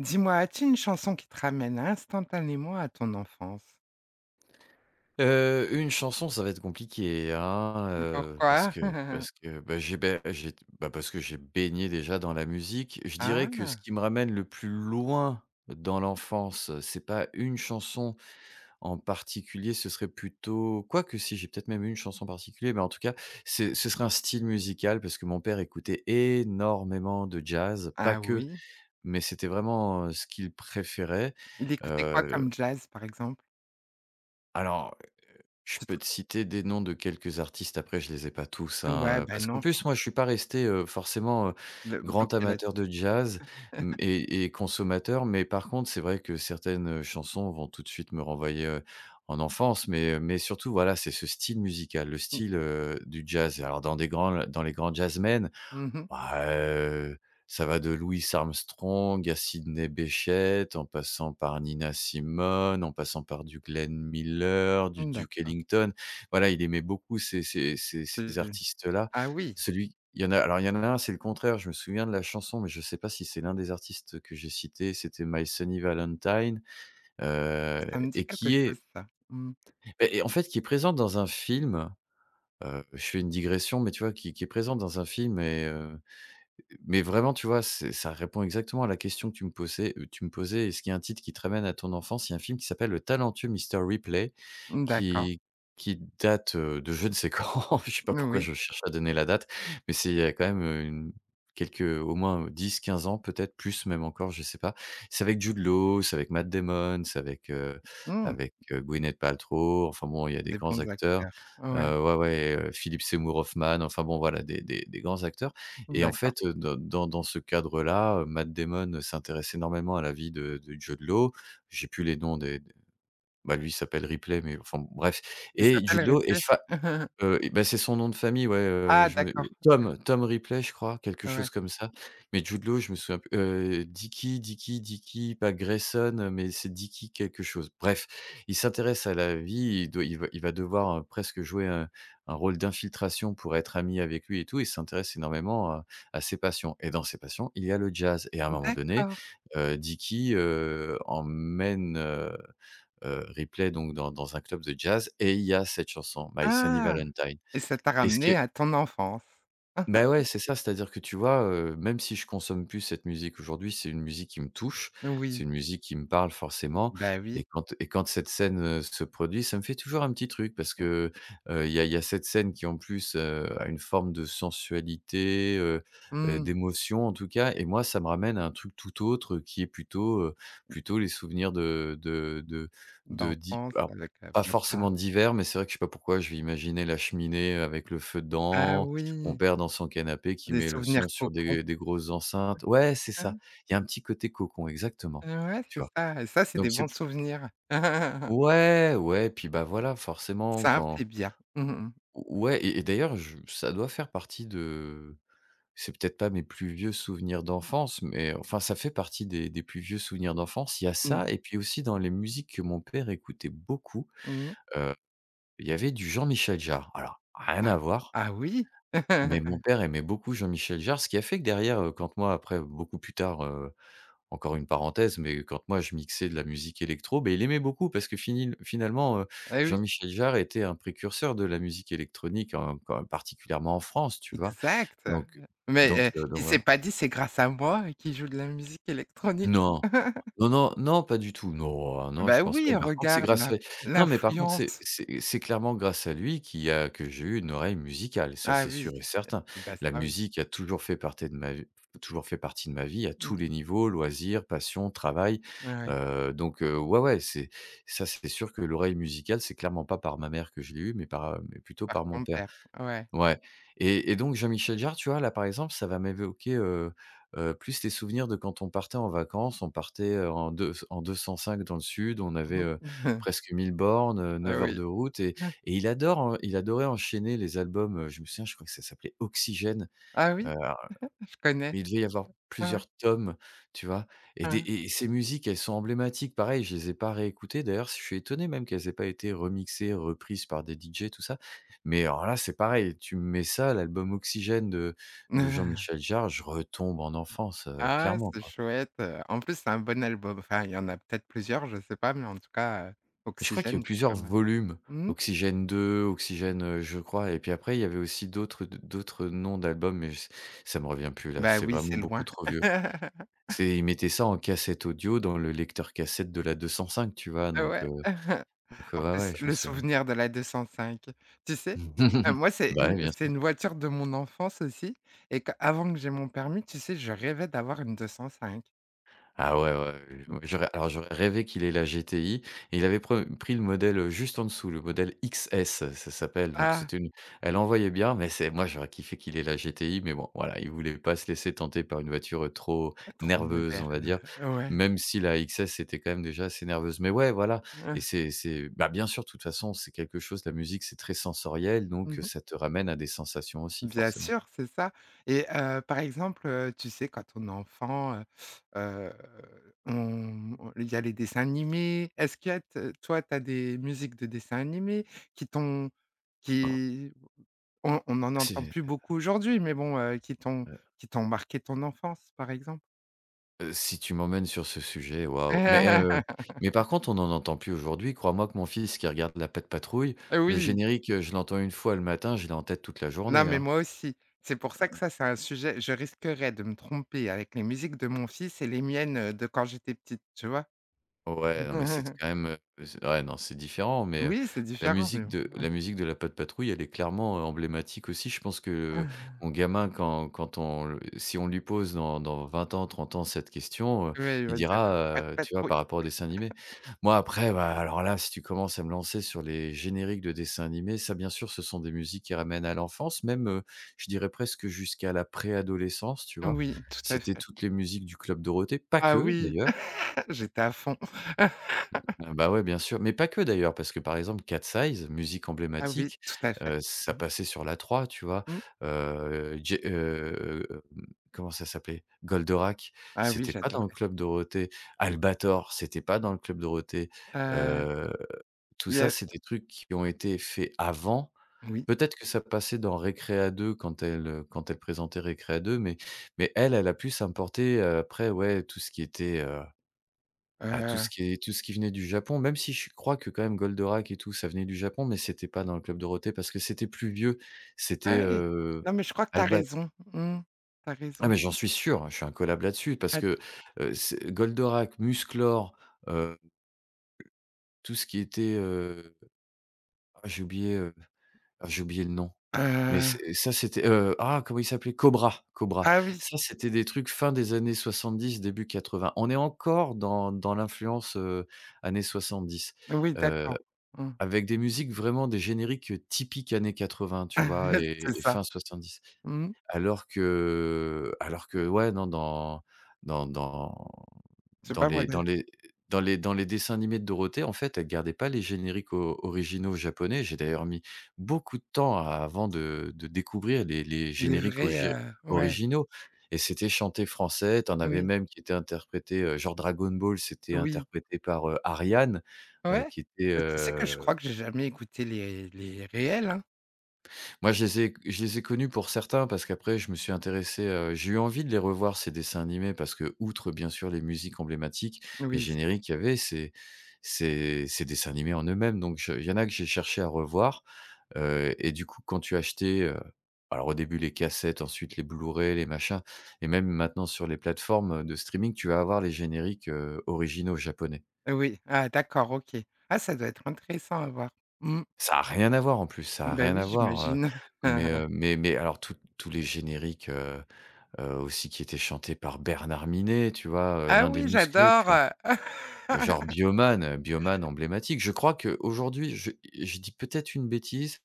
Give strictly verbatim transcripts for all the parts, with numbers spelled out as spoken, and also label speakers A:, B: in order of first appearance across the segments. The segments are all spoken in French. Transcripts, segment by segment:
A: Dis-moi, as-tu une chanson qui te ramène instantanément à ton enfance?
B: Heu, une chanson, ça va être compliqué, hein, heu, parce
A: Pourquoi?
B: que parce que, bah, j'ai beh, j'ai bah, parce que j'ai baigné déjà dans la musique. Je dirais que ce
A: Ah!
B: qui me ramène le plus loin dans l'enfance, c'est pas une chanson en particulier, ce serait plutôt quoique si, j'ai peut-être même une chanson en particulier, mais en tout cas, c'est ce serait un style musical parce que mon père écoutait énormément de jazz, pas
A: Ah
B: que,
A: oui?
B: mais c'était vraiment, heu, ce qu'il préférait.
A: Il écoutait quoi
B: heu
A: comme jazz, par exemple?
B: alors, heu, je
A: Tu te
B: peux te citer des noms de quelques artistes, après je les ai pas tous,
A: Ouais,
B: hein, heu,
A: ben
B: parce qu'en
A: non,
B: plus moi je suis pas resté, heu, forcément, heu,
A: le
B: grand
A: bloqué
B: amateur de
A: là-dessus.
B: jazz, mmh et et consommateur, mais par contre c'est vrai que certaines, heu, chansons vont tout de suite me renvoyer, heu, en enfance, mais heu, mais surtout voilà, c'est ce style musical, le
A: Mmh.
B: style, heu, du jazz. Alors dans des grands dans les grands jazzmen,
A: Mmh mh.
B: bah, heu, ça va de Louis Armstrong à Sidney Bechet, en passant par Nina Simone, en passant par du Glenn Miller, du
A: Mmh,
B: Duke
A: d'accord.
B: Ellington. Voilà, il aimait beaucoup ces ces ces ces
A: C'est
B: artistes-là.
A: Ah oui,
B: Celui il y en a alors il y en a un, c'est le contraire, je me souviens de la chanson, mais je ne sais pas si c'est l'un des artistes que j'ai cité. C'était My Sunny Valentine, heu
A: ça me dit
B: et
A: quelque
B: qui
A: chose
B: est
A: ça. Mmh.
B: et en fait, qui est présente dans un film. Heu, je fais une digression, mais tu vois, qui qui est présente dans un film et heu mais vraiment, tu vois, c'est ça répond exactement à la question que tu me posais heu, tu me posais: «Est-ce qu'il y a un titre qui te ramène à ton enfance?» Il y a un film qui s'appelle «Le talentueux Mister Ripley»
A: Mmh, d'accord.
B: qui qui date, heu, de je ne sais quand. Je sais pas
A: Mmh,
B: pourquoi
A: Oui.
B: je cherche à donner la date, mais c'est il y a quand même, heu, une quelques au moins, dix, quinze ans peut-être, plus même encore, je sais pas. C'est avec Jude Law, c'est avec Matt Damon, c'est avec, heu,
A: Mmh,
B: avec, heu, Gwyneth Paltrow, enfin bon, il y a des
A: des
B: grands
A: bons
B: acteurs.
A: acteurs. Ouais,
B: Heu, ouais, ouais, heu, Philippe Seymour Hoffman, enfin bon, voilà, des des des grands acteurs. Et en
A: d'accord.
B: fait, heu, dans dans dans ce cadre-là, heu, Matt Damon, heu, s'intéresse énormément à la vie de de Jude Law. J'ai plus les noms des d Bah, lui, il s'appelle Ripley, mais enfin, bon, bref.
A: Il
B: Et
A: s'appelle
B: Jude Law
A: Ripley?
B: est fa Heu et bah, c'est son nom de famille, ouais. heu,
A: Ah
B: je me
A: d'accord,
B: Tom Tom Ripley, je crois, quelque
A: ouais.
B: chose comme ça. Mais Jude Law, je me souviens plus, heu, Dickey Dickey Dickey, pas Grayson, heu, mais c'est Dickey quelque chose. Bref, il s'intéresse à la vie, il doit il va il va devoir, heu, presque jouer un un rôle d'infiltration pour être ami avec lui et tout. Il s'intéresse énormément à à ses passions et dans ses passions, il y a le jazz et à un moment donné,
A: D'accord.
B: heu, Dickey, heu, emmène, heu heu, Ripley donc dans dans un club de jazz et il y a cette chanson, My Sunny
A: Ah!
B: Valentine.
A: Et ça t'a
B: Et ce qui
A: ramené
B: est
A: à ton enfance.
B: Ben ouais, c'est ça, c'est-à-dire que tu vois, heu, même si je consomme plus cette musique aujourd'hui, c'est une musique qui me touche,
A: Oui.
B: c'est une musique qui me parle forcément
A: Bah oui.
B: et quand et quand cette scène, heu, se produit, ça me fait toujours un petit truc parce que, heu, il y a il y a cette scène qui en plus, heu, a une forme de sensualité, heu heu,
A: Mmh.
B: d'émotion en tout cas et moi, ça me ramène à un truc tout autre qui est plutôt, heu, plutôt les souvenirs de de de de di
A: D'enfance
B: alors,
A: avec, heu,
B: pas
A: papa.
B: forcément d'hiver, mais c'est vrai que je sais pas pourquoi je vais imaginer la cheminée avec le feu
A: Ah
B: dedans, mon
A: oui!
B: père dans son canapé qui
A: Des
B: met le
A: souvenirs
B: son sur
A: cocons.
B: des des grosses enceintes. Ouais, c'est
A: Ah
B: ça.
A: oui.
B: Il y a un petit côté cocon, exactement,
A: Ah ouais,
B: tu
A: c'est
B: vois?
A: ça et ça, c'est
B: Donc
A: des
B: c'est
A: bons
B: p
A: souvenirs.
B: Ouais, ouais, puis, bah, voilà, forcément
A: Simples et
B: quand
A: bien. Mmh mh.
B: ouais, et et d'ailleurs je ça doit faire partie de c'est peut-être pas mes plus vieux souvenirs d'enfance, mais enfin ça fait partie des des plus vieux souvenirs d'enfance. Il y a
A: Mmh.
B: ça et puis aussi dans les musiques que mon père écoutait beaucoup,
A: Mmh.
B: heu, il y avait du Jean Michel Jarre. Alors rien
A: Ah.
B: à voir.
A: Ah oui!
B: Mais mon père aimait beaucoup Jean-Michel Jarre, ce qui a fait que derrière, heu, quand moi après beaucoup plus tard, heu, encore une parenthèse, mais quand moi je mixais de la musique électro, beh, il aimait beaucoup parce que finil finalement, heu,
A: Ah oui,
B: Jean-Michel Jarre était un précurseur de la musique électronique en quand particulièrement en France, tu vois?
A: exact.
B: Donc donc
A: Mais, heu,
B: heu, donc
A: il s'est
B: voilà.
A: pas dit: «C'est grâce à moi qu'il joue de la musique électronique».
B: Non. Non, non, non, pas du tout. Non, hein, non, je
A: Bah
B: pense pas.
A: oui,
B: Par contre, c'est
A: regarde
B: grâce
A: l'in
B: à Non, mais par contre, c'est
A: l'influence.
B: c'est c'est clairement grâce à lui qu'il a que j'ai eu une oreille musicale. Ça,
A: Ah
B: c'est
A: oui.
B: sûr et certain.
A: Bah
B: La
A: ça oui.
B: musique a toujours fait partie de ma vie, toujours fait partie de ma vie à
A: Mmh.
B: tous les niveaux, loisirs, passion, travail.
A: Ouais, ouais.
B: Heu, donc heu, ouais, ouais, c'est ça, c'est sûr que l'oreille musicale, c'est clairement pas par ma mère que je l'ai eu, mais par, heu, mais plutôt
A: Par
B: par mon
A: ton
B: père.
A: père. Ouais.
B: Ouais et et donc Jean-Michel Jarre, tu vois, là, par exemple, ça va m'évoquer, heu heu, plus les souvenirs de quand on partait en vacances. On partait, heu, en deux en deux cent cinq dans le sud. On avait,
A: Mmh
B: heu,
A: mh.
B: presque mille bornes, heu,
A: Ah
B: neuf heures
A: oui.
B: de route et et il adore en il adorait enchaîner les albums, heu, je me souviens, je crois que ça s'appelait Oxygène.
A: Ah oui?
B: heu
A: Je connais.
B: mais il devait y avoir
A: Ouais, ouais.
B: plusieurs tomes, tu vois? Et des
A: Ouais,
B: et ces musiques, elles sont emblématiques. Pareil, je les ai pas réécoutées. D'ailleurs, je suis étonné même qu'elles aient pas été remixées, reprises par des D J, tout ça. Mais alors là, c'est pareil, tu me mets ça, l'album Oxygène de de Jean-Michel Jarre, je retombe en enfance, heu,
A: Ah,
B: clairement,
A: c'est
B: quoi.
A: chouette, heu, en plus, c'est un bon album. Enfin, il y en a peut-être plusieurs, je sais pas, mais en tout cas, heu,
B: Mais je crois qu'il y a
A: Oxygène,
B: eu
A: c'est
B: plusieurs
A: pas mal.
B: volumes.
A: Mmh.
B: Oxygène deux, Oxygène, heu, je crois et puis après, il y avait aussi d'autres d'autres noms d'albums, mais j ça me revient plus là,
A: Bah
B: c'est
A: oui, c'est
B: vraiment beaucoup
A: loin.
B: trop vieux. C'est Ils mettaient ça en cassette audio dans le lecteur cassette de la deux cent cinq, tu vois?
A: Ah
B: Donc
A: Ouais.
B: heu, donc heu,
A: En
B: ouais, ouais,
A: plus,
B: je m'en
A: le
B: souviens.
A: souvenir de la deux cent cinq. Tu sais, heu, moi, c'est
B: Bah, oui,
A: une
B: bien
A: c'est
B: sûr.
A: une voiture de mon enfance aussi et qu avant que j'aie mon permis, tu sais, je rêvais d'avoir une deux cent cinq.
B: Ah ouais, ouais, ouais, j'aurais alors j'aurais rêvé qu'il ait la G T I et il avait pre pris le modèle, heu, juste en dessous, le modèle X S, ça s'appelle. Donc
A: Ah!
B: c'était une Elle envoyait bien, mais c'est moi, j'aurais kiffé qu'il ait la G T I, mais bon, voilà, il voulait pas se laisser tenter par une voiture, euh, trop
A: Trop
B: nerveuse, on va
A: moderne.
B: dire,
A: Ouais.
B: même si la X S était quand même déjà assez nerveuse, mais ouais, voilà et c'est c'est bah, bien sûr, de toute façon, c'est quelque chose la musique, c'est très sensoriel, donc ça te ramène à des sensations aussi,
A: Bien
B: forcément.
A: sûr, c'est ça et heu, par exemple, heu, tu sais quand on est enfant, heu heu, on on il y a les dessins animés. Est-ce que t toi, tu as des musiques de dessins animés qui t'ont
B: Han,
A: qui on on n'en entend
B: c'est
A: plus beaucoup aujourd'hui, mais bon, heu, qui t'ont qui t'ont marqué ton enfance, par exemple?
B: Heu, si tu m'emmènes sur ce sujet, waouh, mais, heu, mais par contre, on n'en entend plus aujourd'hui. Crois-moi que mon fils qui regarde la Pat' Patrouille, le
A: Oui,
B: générique, heu, je l'entends une fois le matin, je l'ai en tête toute la
A: non,
B: journée,
A: mais
B: hein.
A: moi aussi. C'est pour ça que ça, c'est un sujet je risquerais de me tromper avec les musiques de mon fils et les miennes, heu, de quand j'étais petite, tu vois?
B: Ouais, non, mais c'est quand même, heu, c'est ouais, non, c'est différent, mais heu,
A: Oui, c'est
B: la
A: différent, mais
B: musique de
A: bon.
B: la musique de la Patte Patrouille, elle est clairement, heu, emblématique aussi. Je pense que mon gamin, quand quand on le si on lui pose dans dans vingt ans, trente ans cette question, heu,
A: Ouais, il
B: il
A: va dire: «Pas de
B: dira, heu, tu vois,
A: patrouille».
B: par rapport aux dessins animés. Moi, après, bah, alors là, si tu commences à me lancer sur les génériques de dessins animés, ça, bien sûr, ce sont des musiques qui ramènent à l'enfance, même, heu, je dirais presque jusqu'à la préadolescence, tu vois?
A: Oui, tout à
B: C'était
A: fait.
B: toutes les musiques du Club Dorothée, pas
A: Ah
B: que,
A: oui,
B: d'ailleurs.
A: j'étais à fond.
B: Ah bah, ouais, bien sûr, mais pas que d'ailleurs, parce que par exemple, Cat Size, musique
A: Ah oui,
B: emblématique,
A: tout à fait.
B: heu, ça
A: Mmh
B: passait sur la trois, tu vois?
A: mh.
B: Heu, J heu, mmh, Comment ça s'appelait? Goldorak,
A: Ah oui,
B: c'était pas dans le
A: j'adorais.
B: Club Dorothée. Albator, c'était pas dans le Club Dorothée.
A: Heu,
B: Heu, Tout
A: il y
B: ça,
A: a
B: c'est des trucs qui ont été faits avant.
A: oui,
B: Peut-être que ça passait dans Récréa deux quand elle, quand elle présentait Récréa deux, mais mais elle, elle a pu s'importer, heu, après, ouais, tout ce qui était, ah, tout
A: heu,
B: ce qui est tout ce qui venait du Japon, même si je crois que quand même Goldorak et tout, ça venait du Japon, mais c'était pas dans le Club Dorothée parce que c'était plus vieux. C'était,
A: ouais,
B: heu,
A: non, mais je crois que t'as
B: Albat
A: raison. Mmh, tu raison.
B: ah mais j'en suis sûr, hein, je suis incollable là-dessus parce
A: At
B: que, heu, c'est Goldorak, Musclor, heu, tout ce qui était, heu, ah j'ai oublié, heu, ah j'ai oublié le nom. Mais
A: heu,
B: c'est ça, c'était, heu, ah comment il s'appelait? Cobra, Cobra.
A: ah oui,
B: Ça c'était des trucs fin des années soixante-dix début quatre-vingts. On est encore dans dans l'influence, heu, années soixante-dix,
A: oui,
B: heu
A: d'accord. Mmh.
B: avec des musiques vraiment des génériques, typiques années quatre-vingts, tu vois? Et
A: C'est
B: et
A: ça.
B: fin soixante-dix.
A: Mmh
B: Alors que alors que ouais, non, dans dans dans
A: Je sais
B: dans
A: pas moi,
B: les
A: des
B: dans les dans les dans les dessins animés de Dorothée, en fait, elle gardait pas les génériques o originaux japonais. J'ai d'ailleurs mis beaucoup de temps a avant de de découvrir les les
A: des
B: génériques
A: vrais,
B: ogi
A: heu, ouais,
B: originaux et c'était chanté français. Tu en avais
A: oui,
B: même qui étaient interprétés, heu, genre Dragon Ball, c'était
A: oui,
B: interprété par, heu, Ariane, heu,
A: ouais.
B: qui était.
A: Bah, tu sais que je crois que j'ai jamais écouté les les réels, hein?
B: Moi, je les ai je les ai connus pour certains parce qu'après je me suis intéressé, heu, j'ai eu envie de les revoir ces dessins animés parce que outre bien sûr les musiques emblématiques, les
A: Oui,
B: génériques qu'il y avait, c'est c'est c'est dessins animés en eux-mêmes donc je il y en a que j'ai cherché à revoir, heu et du coup quand tu achetais, heu, alors au début les cassettes, ensuite les Blu-ray, les machins et même maintenant sur les plateformes, de streaming, tu vas avoir les génériques, heu, originaux japonais.
A: oui. Ah d'accord, OK. Ah ça doit être intéressant à voir. Mmh.
B: Ça a rien à voir en plus, ça a
A: Bah
B: rien
A: oui,
B: à voir, heu,
A: j'imagine.
B: mais, heu, mais mais alors tous tous les génériques, euh, heu, aussi qui était chanté par Bernard Minet, tu vois? Heu,
A: Ah
B: l'un des
A: oui,
B: musclés, tu vois?
A: j'adore,
B: Genre Bioman, heu, Bioman emblématique. Je crois qu'aujourd'hui, je je dis peut-être une bêtise,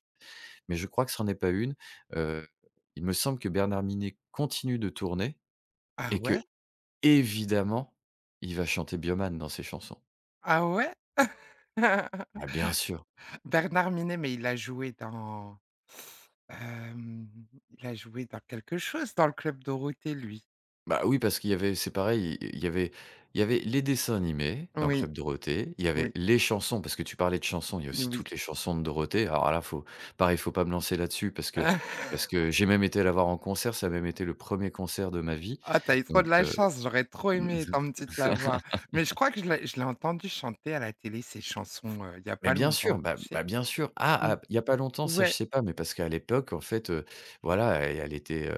B: mais je crois que ce n'en est pas une. Heu, il me semble que Bernard Minet continue de tourner
A: Ah
B: et
A: ouais?
B: que évidemment, il va chanter Bioman dans ses chansons.
A: Ah ouais?
B: Ah, bien sûr.
A: Bernard Minet, mais il a joué dans, hem, il a joué dans quelque chose dans le Club Dorothée, lui.
B: Bah oui, parce qu'il y avait c'est pareil, il y avait il y avait les dessins animés dans
A: Oui,
B: Club Dorothée, il y
A: oui,
B: avait les chansons, parce que tu parlais de chansons, il y a aussi
A: oui.
B: toutes les chansons de Dorothée. Alors là, faut pareil, faut pas me lancer là-dessus parce que parce que j'ai même été la voir en concert, ça a même été le premier concert de ma vie,
A: Ah t'as eu trop de
B: donc
A: la
B: heu
A: chance, j'aurais trop aimé tenter de l'avoir. Mais je crois que je l'ai je l'ai entendu chanter à la télé ses chansons, heu, il y a pas
B: Mais bien
A: longtemps,
B: sûr, bah
A: tu sais?
B: bah, bien sûr. Ah,
A: Mmh.
B: ah, il y a pas longtemps, ça je
A: Ouais.
B: sais pas, mais parce qu'à l'époque, en fait, heu, voilà, elle elle était, heu,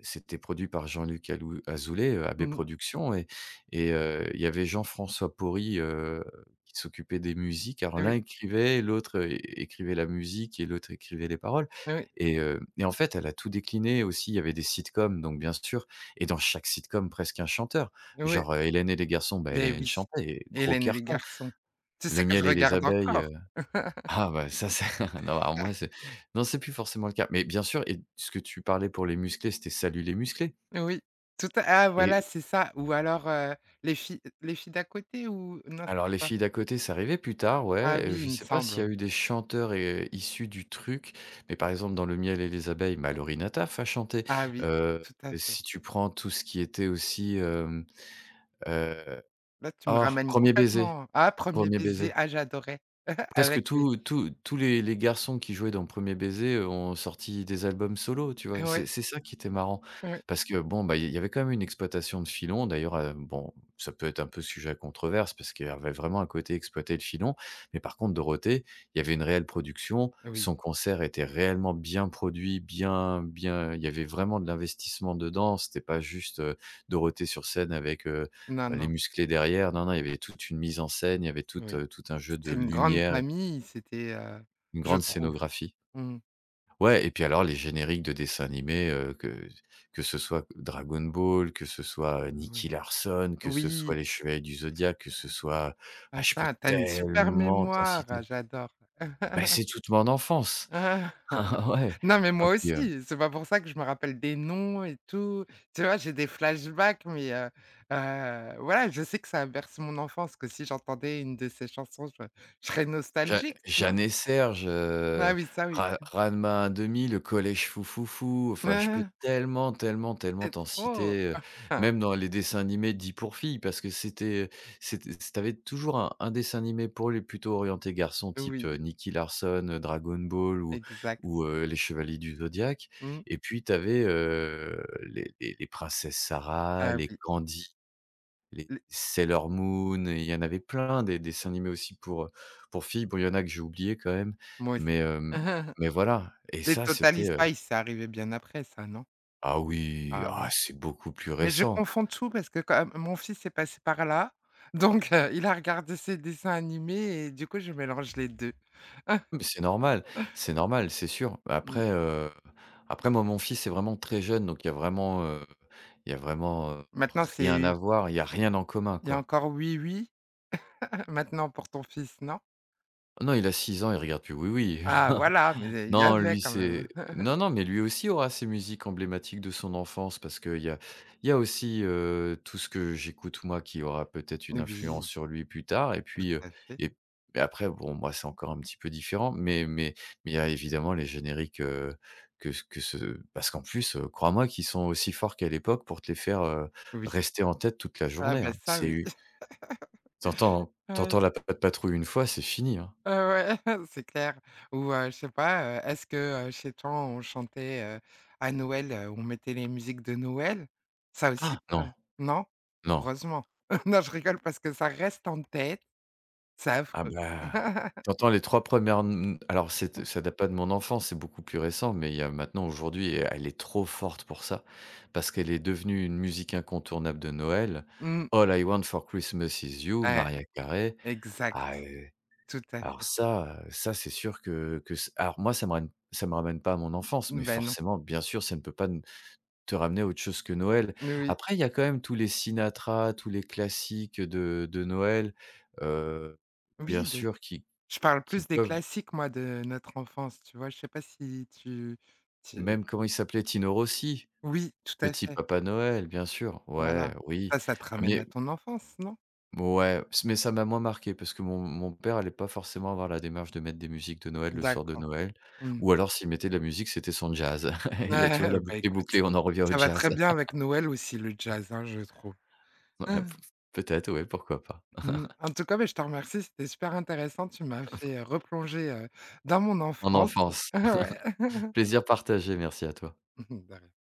B: c'était produit par Jean-Luc Alou Azoulay, heu, A B
A: Mmh.
B: Productions et et heu, il y avait Jean-François Porry, heu, qui s'occupait des musiques. Alors
A: Eh
B: l'un
A: oui,
B: écrivait, l'autre, heu, é écrivait la musique et l'autre écrivait les paroles
A: eh oui,
B: et heu et en fait, elle a tout décliné aussi. Il y avait des sitcoms, donc bien sûr, et dans chaque sitcom, presque un chanteur.
A: eh oui,
B: Genre, heu, Hélène et les garçons, bah,
A: beh
B: Hélène
A: oui,
B: chantait et gros
A: Hélène et les
B: carton.
A: garçons. Tu sais
B: Le
A: que je
B: miel et les
A: regarde
B: abeilles,
A: encore.
B: ah bah ça c'est. Non bah, alors moi c'est non c'est plus forcément le cas. Mais bien sûr, et ce que tu parlais pour les musclés, c'était «Salut les musclés»,
A: Oui, tout à ah
B: et
A: voilà, c'est ça ou alors, heu, les filles les filles d'à côté ou non,
B: alors
A: c'était
B: les
A: quoi?
B: filles d'à côté, c'est arrivé plus tard,
A: Ah
B: ouais, heu,
A: oui, il
B: je
A: me
B: sais pas
A: semble,
B: s'il y a
A: oui.
B: eu des chanteurs, heu, issus du truc, mais par exemple dans Le miel et les abeilles, bah, Laurie Nataf a chanté.
A: Ah oui,
B: Heu,
A: tout à fait.
B: Si tu prends tout ce qui était aussi, hem, heu,
A: Là, tu me
B: oh,
A: ramènes
B: premier baiser,
A: complètement. Ah premier
B: premier
A: baiser,
B: baiser.
A: ah j'adorais avec
B: Presque
A: les
B: tous tous tous les les garçons qui jouaient dans Premier baiser, heu, ont sorti des albums solo, tu vois?
A: ouais,
B: C'est c'est ça qui était marrant
A: ouais.
B: parce que bon, bah, il y avait quand même une exploitation de filon d'ailleurs, heu, bon, ça peut être un peu sujet à controverse parce qu'il y avait vraiment un côté exploiter le filon, mais par contre Dorothée, il y avait une réelle production,
A: Oui,
B: son concert était réellement bien produit, bien bien il y avait vraiment de l'investissement dedans, c'était pas juste, heu, Dorothée sur scène avec, heu,
A: non,
B: les
A: non,
B: musclés derrière, non, non, il y avait toute une mise en scène, il y avait tout,
A: oui.
B: heu, tout un jeu de
A: C'était une grande
B: lumière,
A: famille, c'était, heu,
B: une
A: je
B: grande
A: trouve.
B: scénographie.
A: Mmh,
B: Ouais, et puis alors les génériques de dessins animés, heu, que que ce soit Dragon Ball, que ce soit, heu,
A: ouais.
B: Nicky Larson, que ce soit
A: Oui.
B: les Chevaliers du Zodiaque, que ce soit, ah je peux
A: Attends, tu une super
B: tellement t'en citer.
A: mémoire, j'adore.
B: Bah, c'est toute mon enfance.
A: Ah.
B: Ah ouais.
A: Non, mais
B: Ah
A: moi
B: puis, heu
A: aussi, c'est pas pour ça que je me rappelle des noms et tout. Tu vois, j'ai des flashbacks, mais heu heu, voilà, je sais que ça a bercé mon enfance, que si j'entendais une de ces chansons, je je serais
B: Ja
A: nostalgique, tu vois?
B: Jeanne et Serge,
A: Ah
B: heu,
A: oui, ça oui.
B: Ra Ranma un demi, le collège Foufoufou, enfin je peux tellement, tellement, tellement
A: C'est
B: t'en
A: trop.
B: citer, heu,
A: Ah
B: même dans les dessins animés dits pour filles parce que c'était c'était t'avais toujours un un dessin animé pour les plutôt orientés garçons type,
A: Oui,
B: heu, Nicky Larson, heu, Dragon Ball ou
A: exact.
B: ou, heu, les Chevaliers du Zodiaque,
A: Mmh.
B: et puis t'avais avais les les les princesses Sarah,
A: Ah
B: les
A: oui,
B: Candy, les
A: les
B: Sailor Moon, et il y en avait plein des des dessins animés aussi pour, heu, pour filles. Bon, il y en a que j'ai oublié quand même,
A: moi aussi.
B: mais hem, mais voilà, et
A: Les
B: ça,
A: Totally
B: c'était, heu
A: Spies, c'est arrivé bien après ça, non?
B: ah oui,
A: Ah
B: ah
A: oui.
B: c'est beaucoup plus
A: Mais je
B: récent.
A: confonds tout parce que quand même, mon fils est passé par là, donc heu, il a regardé ses dessins animés et du coup je mélange les deux.
B: Mais c'est normal, c'est normal, c'est sûr.
A: Mmh.
B: Après, heu, après moi, mon fils est vraiment très jeune, donc il y a vraiment, heu, il y a vraiment, heu,
A: Maintenant
B: rien
A: c'est
B: à voir, il y a rien en commun,
A: il y a
B: quoi.
A: encore Oui Oui maintenant pour ton fils, non?
B: Non, il a six ans, il regarde plus Oui Oui.
A: Ah voilà, mais il y
B: Non,
A: avait
B: lui,
A: quand même.
B: c'est non, non, mais lui aussi aura ses musiques emblématiques de son enfance parce qu'il y a il y a aussi, heu, tout ce que j'écoute moi qui aura peut-être une influence
A: Oui,
B: sur lui plus tard et
A: tout
B: puis, heu
A: à fait.
B: et et après bon, moi, c'est encore un petit peu différent, mais mais mais il y a évidemment les génériques, heu, que ce que ce parce qu'en plus, heu, crois-moi qu'ils sont aussi forts qu'à l'époque pour te les faire, heu,
A: Oui.
B: rester en tête toute la
A: Ah
B: journée,
A: ben
B: hein.
A: ça
B: C'est
A: oui.
B: u Tu entends tu
A: Ouais.
B: entends la Patte Patrouille une fois, c'est fini, hein.
A: Heu, ouais, c'est clair. Ou, heu, je sais pas, heu, est-ce que, heu, chez toi, on chantait, heu, à Noël, heu, on mettait les musiques de Noël? Ça aussi,
B: Ah non,
A: heu, non?
B: non.
A: Heureusement. Non, je rigole parce que ça reste en tête, c'est
B: Ah
A: affreux.
B: bah, tu les trois premières. N Alors c'est ça date pas de mon enfance, c'est beaucoup plus récent, mais il y a maintenant aujourd'hui, et elle est trop forte pour ça, parce qu'elle est devenue une musique incontournable de Noël.
A: Mmh.
B: All I Want for Christmas is You,
A: Ouais,
B: Maria Carey.
A: exact,
B: Ah, heu,
A: tout à
B: alors
A: fait.
B: ça, heu, ça c'est sûr que que c alors moi ça me ramène ça me ramène pas à mon enfance, mais
A: ben non.
B: forcément, bien sûr, ça ne peut pas n te ramener à autre chose que Noël.
A: Oui,
B: Après, il y a quand même tous les Sinatra, tous les classiques de de Noël, heu, bien
A: oui, beh,
B: sûr qui
A: je parle
B: qui
A: plus des
B: peuvent,
A: classiques, moi, de notre enfance, tu vois? Je sais pas si tu tu oui,
B: même comment il s'appelait? Tino Rossi?
A: oui, tout à
B: Petit
A: fait,
B: Papa Noël, bien sûr.
A: voilà.
B: Ouais, oui.
A: Ça, ça te ramène à
B: Mais
A: ton enfance, non?
B: ouais, s mais ça m'a moins marqué parce que mon mon père allait pas forcément avoir la démarche de mettre des musiques de Noël le soir de
A: D'accord.
B: Noël,
A: Mmh.
B: ou alors s'il mettait de la musique, c'était son jazz. Et là, tu vois, la
A: Ouais, bah,
B: boucle est
A: écoute,
B: bouclée, on en revient au
A: ça va
B: jazz.
A: très bien avec Noël aussi le jazz, hein, je trouve.
B: Ouais, p peut-être, ouais, pourquoi pas.
A: Mmh. En tout cas, beh, je te remercie, c'était super intéressant. Tu m'as fait, heu, replonger, heu, dans mon
B: En
A: enfance.
B: Enfance.
A: Ouais.
B: Plaisir partagé, merci à toi.
A: De rien.